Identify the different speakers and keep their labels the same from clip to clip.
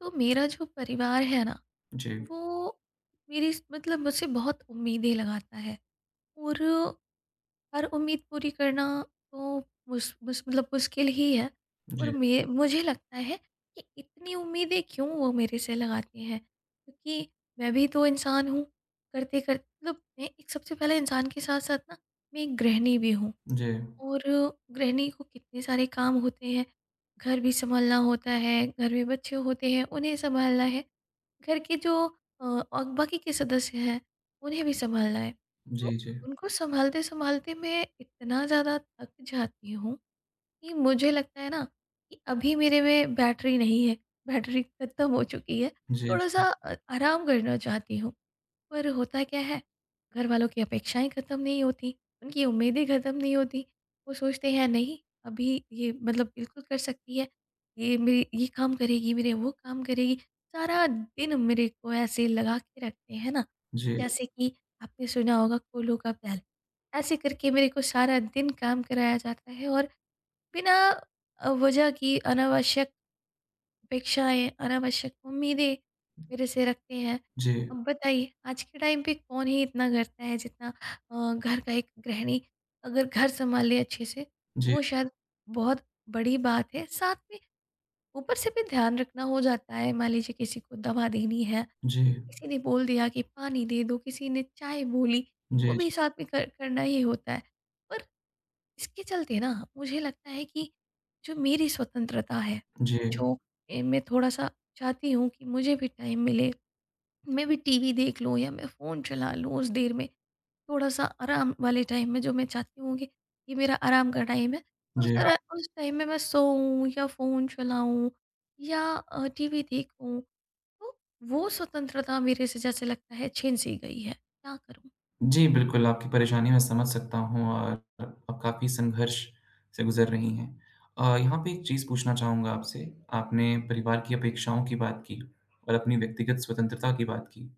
Speaker 1: तो मेरा जो परिवार है ना
Speaker 2: जी,
Speaker 1: वो मेरी मतलब मुझसे बहुत उम्मीदें लगाता है और हर उम्मीद पूरी करना तो मुश, मुश, मतलब मुश्किल ही है। और
Speaker 2: जी,
Speaker 1: मे मुझे लगता है कि इतनी उम्मीदें क्यों वो मेरे से लगाते हैं, क्योंकि मैं भी तो इंसान हूँ। करते करते मतलब मैं एक सबसे पहले इंसान के साथ साथ ना मैं एक गृहिणी भी हूँ।
Speaker 2: जी,
Speaker 1: और गृहिणी को कितने सारे काम होते हैं। घर भी संभालना होता है, घर में बच्चे होते हैं उन्हें संभालना है, घर के जो और बाकी के सदस्य हैं उन्हें भी संभालना है।
Speaker 2: जी,
Speaker 1: तो
Speaker 2: जी,
Speaker 1: उनको संभालते संभालते मैं इतना ज़्यादा थक जाती हूँ कि मुझे लगता है ना कि अभी मेरे में बैटरी नहीं है, बैटरी खत्म हो चुकी है।
Speaker 2: जी,
Speaker 1: थोड़ा सा आराम करना चाहती हूँ, पर होता क्या है, घर वालों की अपेक्षाएँ ख़त्म नहीं होती, उनकी उम्मीदें ख़त्म नहीं होती। वो सोचते हैं नहीं, अभी ये मतलब बिल्कुल कर सकती है, ये मेरे ये काम करेगी, मेरे वो काम करेगी। सारा दिन मेरे को ऐसे लगा के रखते हैं ना,
Speaker 2: जी,
Speaker 1: जैसे कि आपने सुना होगा कोलू का बैल। ऐसे करके मेरे को सारा दिन काम कराया जाता है और बिना वज़ह की अनावश्यक अपेक्षाएँ, अनावश्यक उम्मीदें मेरे से रखते हैं।
Speaker 2: जी,
Speaker 1: अब बताइए आज के टाइम पे कौन ही इतना करता है जितना घर का एक गृहिणी अगर घर सँभाल ले अच्छे से,
Speaker 2: जी, जी,
Speaker 1: वो शायद बहुत बड़ी बात है। साथ में ऊपर से भी ध्यान रखना हो जाता है। मान लीजिए किसी को दवा देनी है,
Speaker 2: जी,
Speaker 1: किसी ने बोल दिया कि पानी दे दो, किसी ने चाय बोली,
Speaker 2: जी,
Speaker 1: वो भी साथ में कर करना ही होता है। पर इसके चलते ना मुझे लगता है कि जो मेरी स्वतंत्रता है,
Speaker 2: जी, जी।
Speaker 1: जो मैं थोड़ा-सा चाहती हूँ कि मुझे भी टाइम मिले, मैं भी टीवी देख लूँ या मैं फ़ोन चला लूँ उस देर में, थोड़ा-सा आराम वाले टाइम में जो मैं चाहती हूँ कि ये मेरा आराम का टाइम है,
Speaker 2: जी
Speaker 1: उस तरह उस टाइम में मैं सोऊँ या फ़ोन चलाऊँ या टीवी देखूँ, तो वो स्वतंत्रता मेरे से जैसे लगता है छीन सी गई है, क्या करूँ?
Speaker 2: जी, बिल्कुल, आपकी परेशानी मैं समझ सकता हूँ और आप काफ़ी संघर्ष से गुज़र रही हैं। यहाँ पे एक चीज़ पूछना चाहूँगा आपसे, आपने परिवार की अपेक्षाओं की बात की और अपनी व्यक्तिगत स्वतंत्रता की बात की।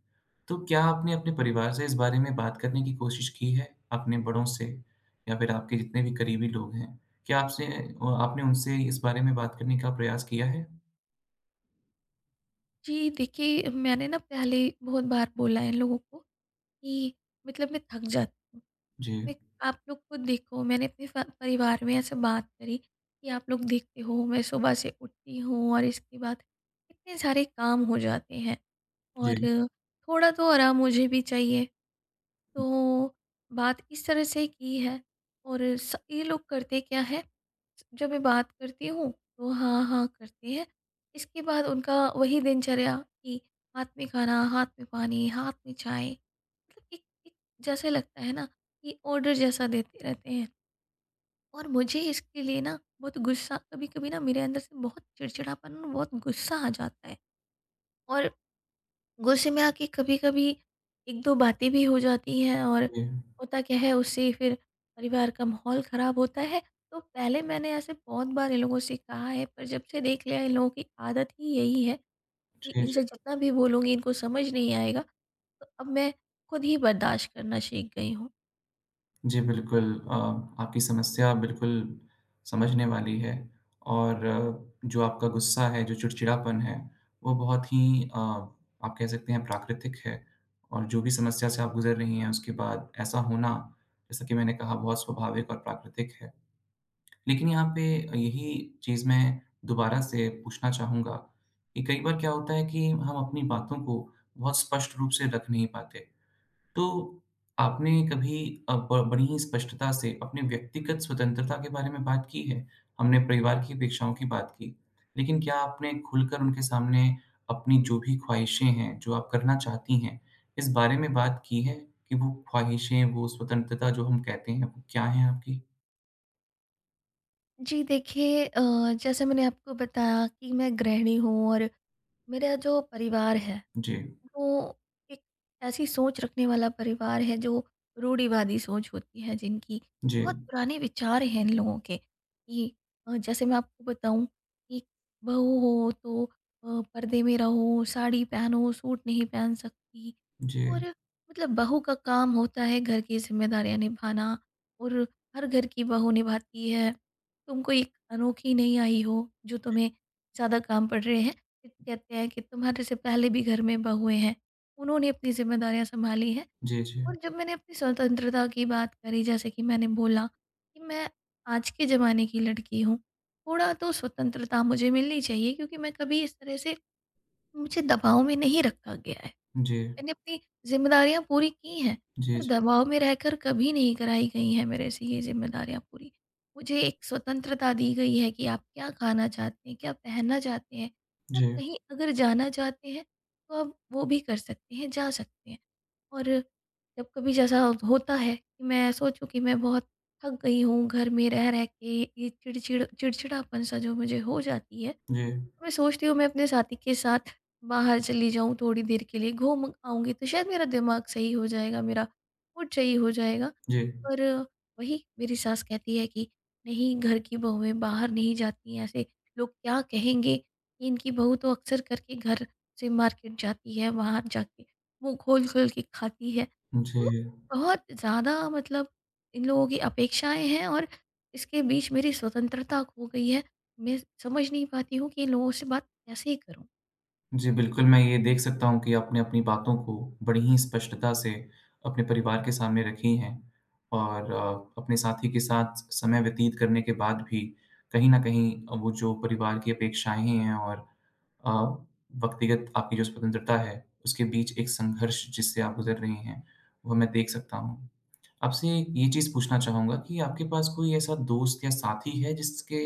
Speaker 2: तो क्या आपने अपने परिवार से इस बारे में बात करने की कोशिश की है, अपने बड़ों से या फिर आपके जितने भी करीबी लोग हैं? क्या आपसे आपने उनसे इस बारे में बात करने का प्रयास किया है?
Speaker 1: जी, देखिए मैंने ना पहले बहुत बार बोला है इन लोगों को कि मतलब मैं थक जाती हूँ।
Speaker 2: जी,
Speaker 1: मैं आप लोग को देखो मैंने अपने फ परिवार में ऐसे बात करी कि आप लोग देखते हो मैं सुबह से उठती हूँ और इसके बाद इतने सारे काम हो जाते हैं और
Speaker 2: जी, जी,
Speaker 1: थोड़ा तो आराम मुझे भी चाहिए। तो बात इस तरह से की है और स ये लोग करते क्या है, जब मैं बात करती हूँ तो हाँ, हाँ करते हैं। इसके बाद उनका वही दिनचर्या कि हाथ में खाना, हाथ में पानी, हाथ में चाय। मतलब एक एक जैसे लगता है ना कि ऑर्डर जैसा देते रहते हैं और मुझे इसके लिए ना बहुत गुस्सा कभी कभी ना मेरे अंदर से बहुत चिड़चिड़ापन और बहुत गुस्सा आ जाता है। और गुस्से में आके कभी कभी एक दो बातें भी हो जाती हैं और
Speaker 2: जी,
Speaker 1: होता क्या है उससे फिर परिवार का माहौल ख़राब होता है। तो पहले मैंने ऐसे बहुत बार इन लोगों से कहा है, पर जब से देख लिया इन लोगों की आदत ही यही है कि
Speaker 2: जी।
Speaker 1: इनसे जितना भी बोलूँगी इनको समझ नहीं आएगा, तो अब मैं खुद ही बर्दाश्त करना सीख गई हूँ।
Speaker 2: जी, बिल्कुल अ, आपकी समस्या बिल्कुल समझने वाली है और जो आपका गुस्सा है, जो चिड़चिड़ापन है, वो बहुत ही आप कह सकते हैं प्राकृतिक है और जो भी समस्या से आप गुज़र रही हैं, उसके बाद ऐसा होना, जैसा कि मैंने कहा, बहुत स्वाभाविक और प्राकृतिक है। लेकिन यहाँ पे यही चीज़ मैं दोबारा से पूछना चाहूँगा कि कई बार क्या होता है कि हम अपनी बातों को बहुत स्पष्ट रूप से रख नहीं पाते। तो आपने कभी अ, ब बड़ी ही स्पष्टता से अपने व्यक्तिगत स्वतंत्रता के बारे में बात की है। हमने परिवार की अपेक्षाओं की बात की। लेकिन क्या आपने खुलकर उनके सामने अपनी जो भी ख्वाहिशें हैं, जो आप करना चाहती हैं, इस बारे में बात की है कि वो ख्वाहिशें, वो स्वतंत्रता जो हम कहते हैं, वो क्या हैं आपकी?
Speaker 1: जी देखिए जैसे मैंने आपको बताया कि मैं गृहिणी हूँ और मेरा जो परिवार है
Speaker 2: जी,
Speaker 1: तो एक ऐसी सोच रखने वाला परिवार है जो रूढ़िवादी सोच होती है जिनकी,
Speaker 2: जी,
Speaker 1: बहुत पुराने विचार हैं इन लोगों के कि जैसे मैं आपको बताऊं कि बहू हो तो पर्दे में रहो, साड़ी पहनो, सूट नहीं पहन सकती
Speaker 2: जी,
Speaker 1: और मतलब बहू का काम होता है घर की जिम्मेदारियां निभाना और हर घर की बहू निभाती है, तुम कोई अनोखी नहीं आई हो जो तुम्हें ज़्यादा काम पड़ रहे हैं। कहते हैं कि तुम्हारे से पहले भी घर में बहुएं हैं, उन्होंने अपनी जिम्मेदारियां संभाली हैं।
Speaker 2: जी, जी,
Speaker 1: और जब मैंने अपनी स्वतंत्रता की बात करी जैसे कि मैंने बोला कि मैं आज के ज़माने की लड़की हूँ, थोड़ा तो स्वतंत्रता मुझे मिलनी चाहिए क्योंकि मैं कभी इस तरह से मुझे दबाव में नहीं रखा गया है।
Speaker 2: जी,
Speaker 1: मैंने अपनी ज़िम्मेदारियाँ पूरी की हैं,
Speaker 2: जी,
Speaker 1: पर
Speaker 2: जी,
Speaker 1: दबाव में रहकर कभी नहीं कराई गई हैं मेरे से ये ज़िम्मेदारियाँ पूरी। मुझे एक स्वतंत्रता दी गई है कि आप क्या खाना चाहते हैं, क्या पहनना चाहते हैं, या
Speaker 2: जी,
Speaker 1: कहीं अगर जाना चाहते हैं, तो आप वो भी कर सकते हैं, जा सकते हैं। और जब कभी जैसा होता है कि मैं सोचूँ कि मैं बहुत थक गई हूँ, घर में रह-रह के ये चिड़चिड़ापन-सा जो मुझे हो जाती है, तो
Speaker 2: जी,
Speaker 1: मैं सोचती हूँ मैं अपने साथी के साथ बाहर चली जाऊँ, थोड़ी देर के लिए घूम आऊँगी तो शायद मेरा दिमाग सही हो जाएगा, मेरा मूड सही हो जाएगा।
Speaker 2: जी,
Speaker 1: पर वही मेरी सास कहती है कि नहीं घर की बहुएँ बाहर नहीं जाती हैं, ऐसे लोग क्या कहेंगे? इनकी बहू तो अक्सर करके घर से मार्केट जाती है, बाहर जाके मुँह खोल-खोल के खाती है।
Speaker 2: जी,
Speaker 1: तो
Speaker 2: जी।
Speaker 1: बहुत ज़्यादा मतलब इन लोगों की अपेक्षाएँ हैं और इसके बीच मेरी स्वतंत्रता खो गई है, मैं समझ नहीं पाती हूँ कि इन लोगों से बात कैसे करूँ।
Speaker 2: जी, बिल्कुल, मैं ये देख सकता हूँ कि आपने अपनी बातों को बड़ी ही स्पष्टता से अपने परिवार के सामने रखी हैं और अपने साथी के साथ समय व्यतीत करने के बाद भी कहीं न कहीं वो जो परिवार की अपेक्षाएँ हैं और अ, व्यक्तिगत आपकी जो स्वतंत्रता है, उसके बीच एक संघर्ष जिससे आप गुज़र रही हैं, वो मैं देख सकता हूँ। आपसे ये चीज़ पूछना चाहूँगा कि आपके पास कोई ऐसा दोस्त या साथी है जिसके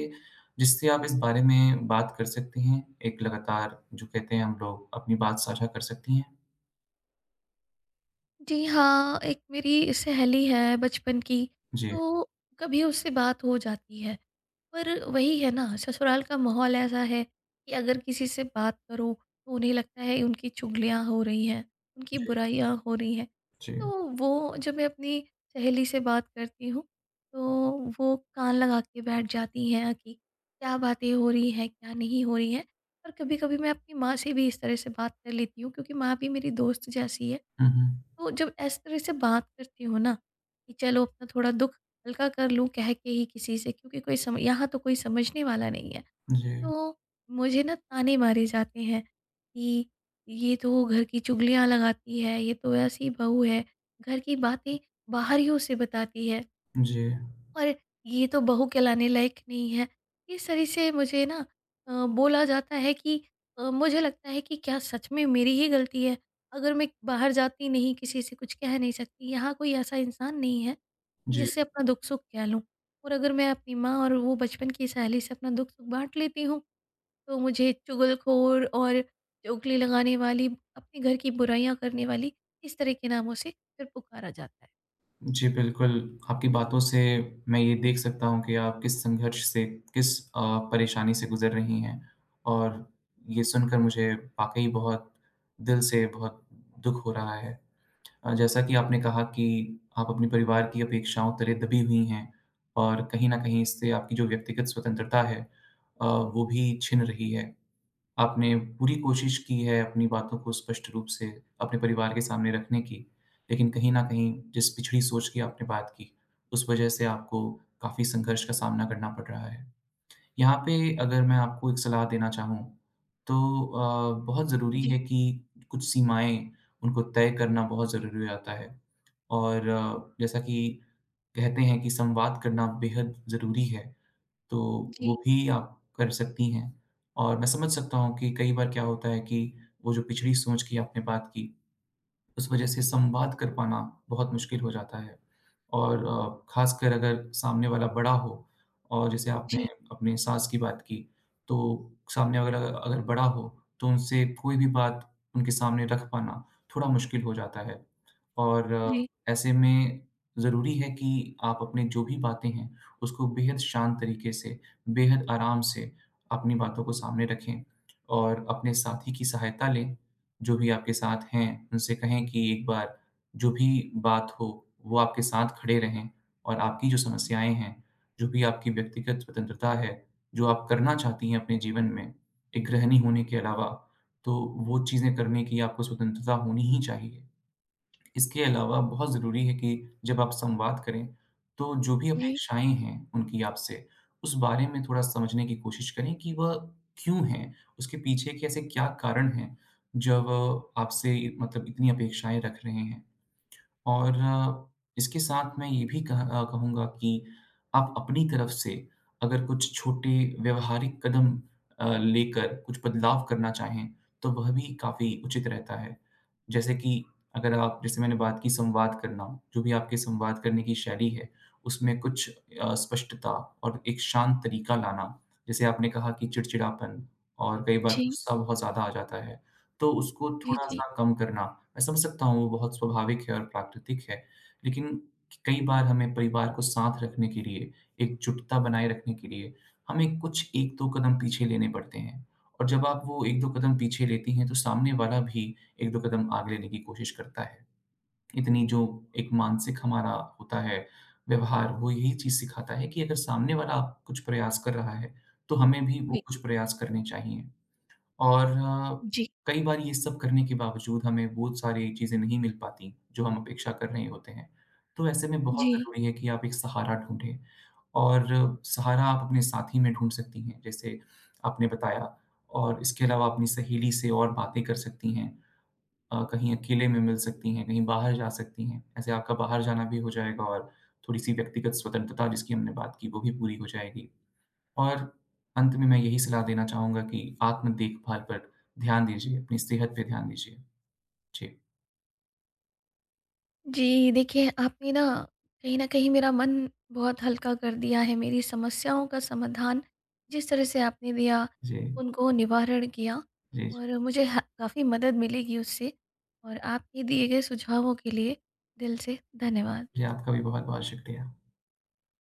Speaker 2: जिससे आप इस बारे में बात कर सकती हैं? एक लगातार जो कहते हैं हम लोग अपनी बात साझा कर सकती हैं?
Speaker 1: जी हाँ, एक मेरी सहेली है बचपन की,
Speaker 2: जी,
Speaker 1: तो कभी उससे बात हो जाती है। पर वही है ना, ससुराल का माहौल ऐसा है कि अगर किसी से बात करो, तो उन्हें लगता है उनकी चुगलियाँ हो रही हैं, उनकी
Speaker 2: जी,
Speaker 1: बुराइयाँ हो रही हैं।
Speaker 2: जी।
Speaker 1: तो वो जब मैं अपनी सहेली से बात करती हूँ, तो वो कान लगा के बैठ जाती हैं कि क्या बातें हो रही हैं, क्या नहीं हो रही हैं। और कभी-कभी मैं अपनी माँ से भी इस तरह से बात कर लेती हूँ, क्योंकि माँ भी मेरी दोस्त जैसी है।
Speaker 2: हुँ, हुँ।
Speaker 1: तो जब इस तरह से बात करती हूँ ना कि चलो अपना थोड़ा दुख हल्का कर लूँ कह के ही किसी से, क्योंकि कोई सम यहाँ तो कोई समझने वाला नहीं है।
Speaker 2: जी,
Speaker 1: तो मुझे ना ताने मारे जाते हैं कि ये तो घर की चुगलियाँ लगाती है, ये तो ऐसी बहू है, घर की बातें बाहरियों से बताती है।
Speaker 2: जी,
Speaker 1: और ये तो बहू कहलाने लायक नहीं है। इस तरह से मुझे ना बोला जाता है कि मुझे लगता है कि क्या सच में मेरी ही गलती है? अगर मैं बाहर जाती नहीं, किसी से कुछ कह नहीं सकती, यहाँ कोई ऐसा इंसान नहीं है कि
Speaker 2: जी,
Speaker 1: जिससे अपना दुख-सुख कह लूँ। और अगर मैं अपनी माँ और वो बचपन की सहेली से अपना दुख-सुख बाँट लेती हूँ, तो मुझे चुगलखोर और चुगली लगाने वाली, अपने घर की बुराइयाँ करने वाली, इस तरह के नामों से फिर पुकारा जाता है।
Speaker 2: जी, बिल्कुल। आपकी बातों से मैं ये देख सकता हूँ कि आप किस संघर्ष से, किस परेशानी से गुज़र रही हैं और ये सुनकर मुझे वाक़ई बहुत दिल से बहुत दुःख हो रहा है। जैसा कि आपने कहा कि आप अपने परिवार की अपेक्षाओं तले दबी हुई हैं और कहीं न कहीं इससे आपकी जो व्यक्तिगत स्वतंत्रता है वो भी छिन रही है। आपने पूरी कोशिश की है अपनी बातों को स्पष्ट रूप से अपने परिवार के सामने रखने की, लेकिन कहीं न कहीं जिस पिछड़ी सोच की आपने बात की, उस वजह से आपको काफ़ी संघर्ष का सामना करना पड़ रहा है। यहाँ पे अगर मैं आपको एक सलाह देना चाहूँ, तो बहुत ज़रूरी
Speaker 1: जी।
Speaker 2: है कि कुछ सीमाएँ, उनको तय करना बहुत ज़रूरी हो जाता है। और जैसा कि कहते हैं कि संवाद करना बेहद ज़रूरी है, तो वो
Speaker 1: जी,
Speaker 2: भी आप कर सकती हैं। और मैं समझ सकता हूँ कि कई बार क्या होता है कि वो जो पिछड़ी सोच की आपने बात की, उस वज़ह से संवाद कर पाना बहुत मुश्किल हो जाता है। और ख़ासकर अगर सामने वाला बड़ा हो और जैसे आपने
Speaker 1: जी,
Speaker 2: अपने सास की बात की, तो सामने वाला अगर बड़ा हो, तो उनसे कोई भी बात उनके सामने रख पाना थोड़ा मुश्किल हो जाता है। और
Speaker 1: जी,
Speaker 2: ऐसे में ज़रूरी है कि आप अपने जो भी बातें हैं, उसको बेहद शांत तरीके से, बेहद आराम से अपनी बातों को सामने रखें और अपने साथी की सहायता लें, जो भी आपके साथ हैं, उनसे कहें कि एक बार जो भी बात हो, वो आपके साथ खड़े रहें और आपकी जो समस्याएँ हैं, जो भी आपकी व्यक्तिगत स्वतंत्रता है, जो आप करना चाहती हैं अपने जीवन में, एक गृहिणी होने के अलावा, तो वो चीज़ें करने की आपको स्वतंत्रता होनी ही चाहिए। इसके अलावा बहुत ज़रूरी है कि जब आप संवाद करें, तो जो भी हुँ।
Speaker 1: जी।
Speaker 2: अपेक्षाएँ हैं उनकी आपसे, उस बारे में थोड़ा समझने की कोशिश करें कि वह क्यों हैं? उसके पीछे के ऐसे क्या कारण हैं, जब आपसे मतलब इतनी अपेक्षाएँ रख रहे हैं? और इसके साथ मैं ये भी कहूँगा कि आप अपनी तरफ से अगर कुछ छोटे व्यवहारिक कदम लेकर कुछ बदलाव करना चाहें, तो वह भी काफ़ी उचित रहता है। जैसे कि अगर आप जैसे मैंने बात की संवाद करना, जो भी आपके संवाद करने की शैली है, उसमें कुछ स्पष्टता और एक शांत तरीका लाना। जैसे आपने कहा कि चिड़चिड़ापन और कई बार
Speaker 1: जी,
Speaker 2: गुस्सा बहुत ज़्यादा आ जाता है, तो उसको
Speaker 1: जी, जी।
Speaker 2: थोड़ा-सा कम करना मैं समझ सकता हूँ वो बहुत स्वाभाविक है और प्राकृतिक है। लेकिन कई बार हमें परिवार को साथ रखने के लिए, एकजुटता बनाए रखने के लिए, हमें कुछ 1-2 कदम पीछे लेने पड़ते हैं। और जब आप वो 1-2 कदम पीछे लेती हैं तो सामने वाला भी 1-2 कदम आगे लेने की कोशिश करता है। इतनी जो एक मानसिक हमारा होता है व्यवहार, वो यही चीज़ सिखाता है कि अगर सामने वाला आप कुछ प्रयास कर रहा है, तो हमें भी
Speaker 1: जी,
Speaker 2: वो कुछ प्रयास करने चाहिए। और
Speaker 1: जी,
Speaker 2: कई बार ये सब करने के बावजूद हमें वो सारी चीज़ें नहीं मिल पाती, जो हम अपेक्षा कर रहे होते हैं। तो ऐसे में बहुत
Speaker 1: जी।
Speaker 2: ज़रूरी है कि आप एक सहारा ढूँढें और सहारा आप अपने साथी में ढूँढ सकती हैं, जैसे आपने बताया और इसके अलावा अपनी सहेली से और बातें कर सकती हैं। कहीं अकेले में मिल सकती हैं, कहीं बाहर जा सकती हैं। ऐसे आपका बाहर जाना भी हो जाएगा और थोड़ी-सी व्यक्तिगत स्वतंत्रता जिसकी हमने बात की, वो भी पूरी हो जाएगी। और अंत में मैं यही सलाह देना चाहूँगा कि आत्म देखभाल पर ध्यान दीजिए, अपनी सेहत पे ध्यान दीजिए। जी,
Speaker 1: जी, देखिए आपने ना कहीं न कहीं मेरा मन बहुत हल्का कर दिया है, मेरी समस्याओं का समाधान जिस तरह से आपने दिया,
Speaker 2: जी,
Speaker 1: उनको निवारण किया,
Speaker 2: जी, जी।
Speaker 1: और मुझे ह काफ़ी मदद मिलेगी उससे और आपके दिए गए सुझावों के लिए दिल से धन्यवाद।
Speaker 2: जी, आपका भी बहुत-बहुत शुक्रिया।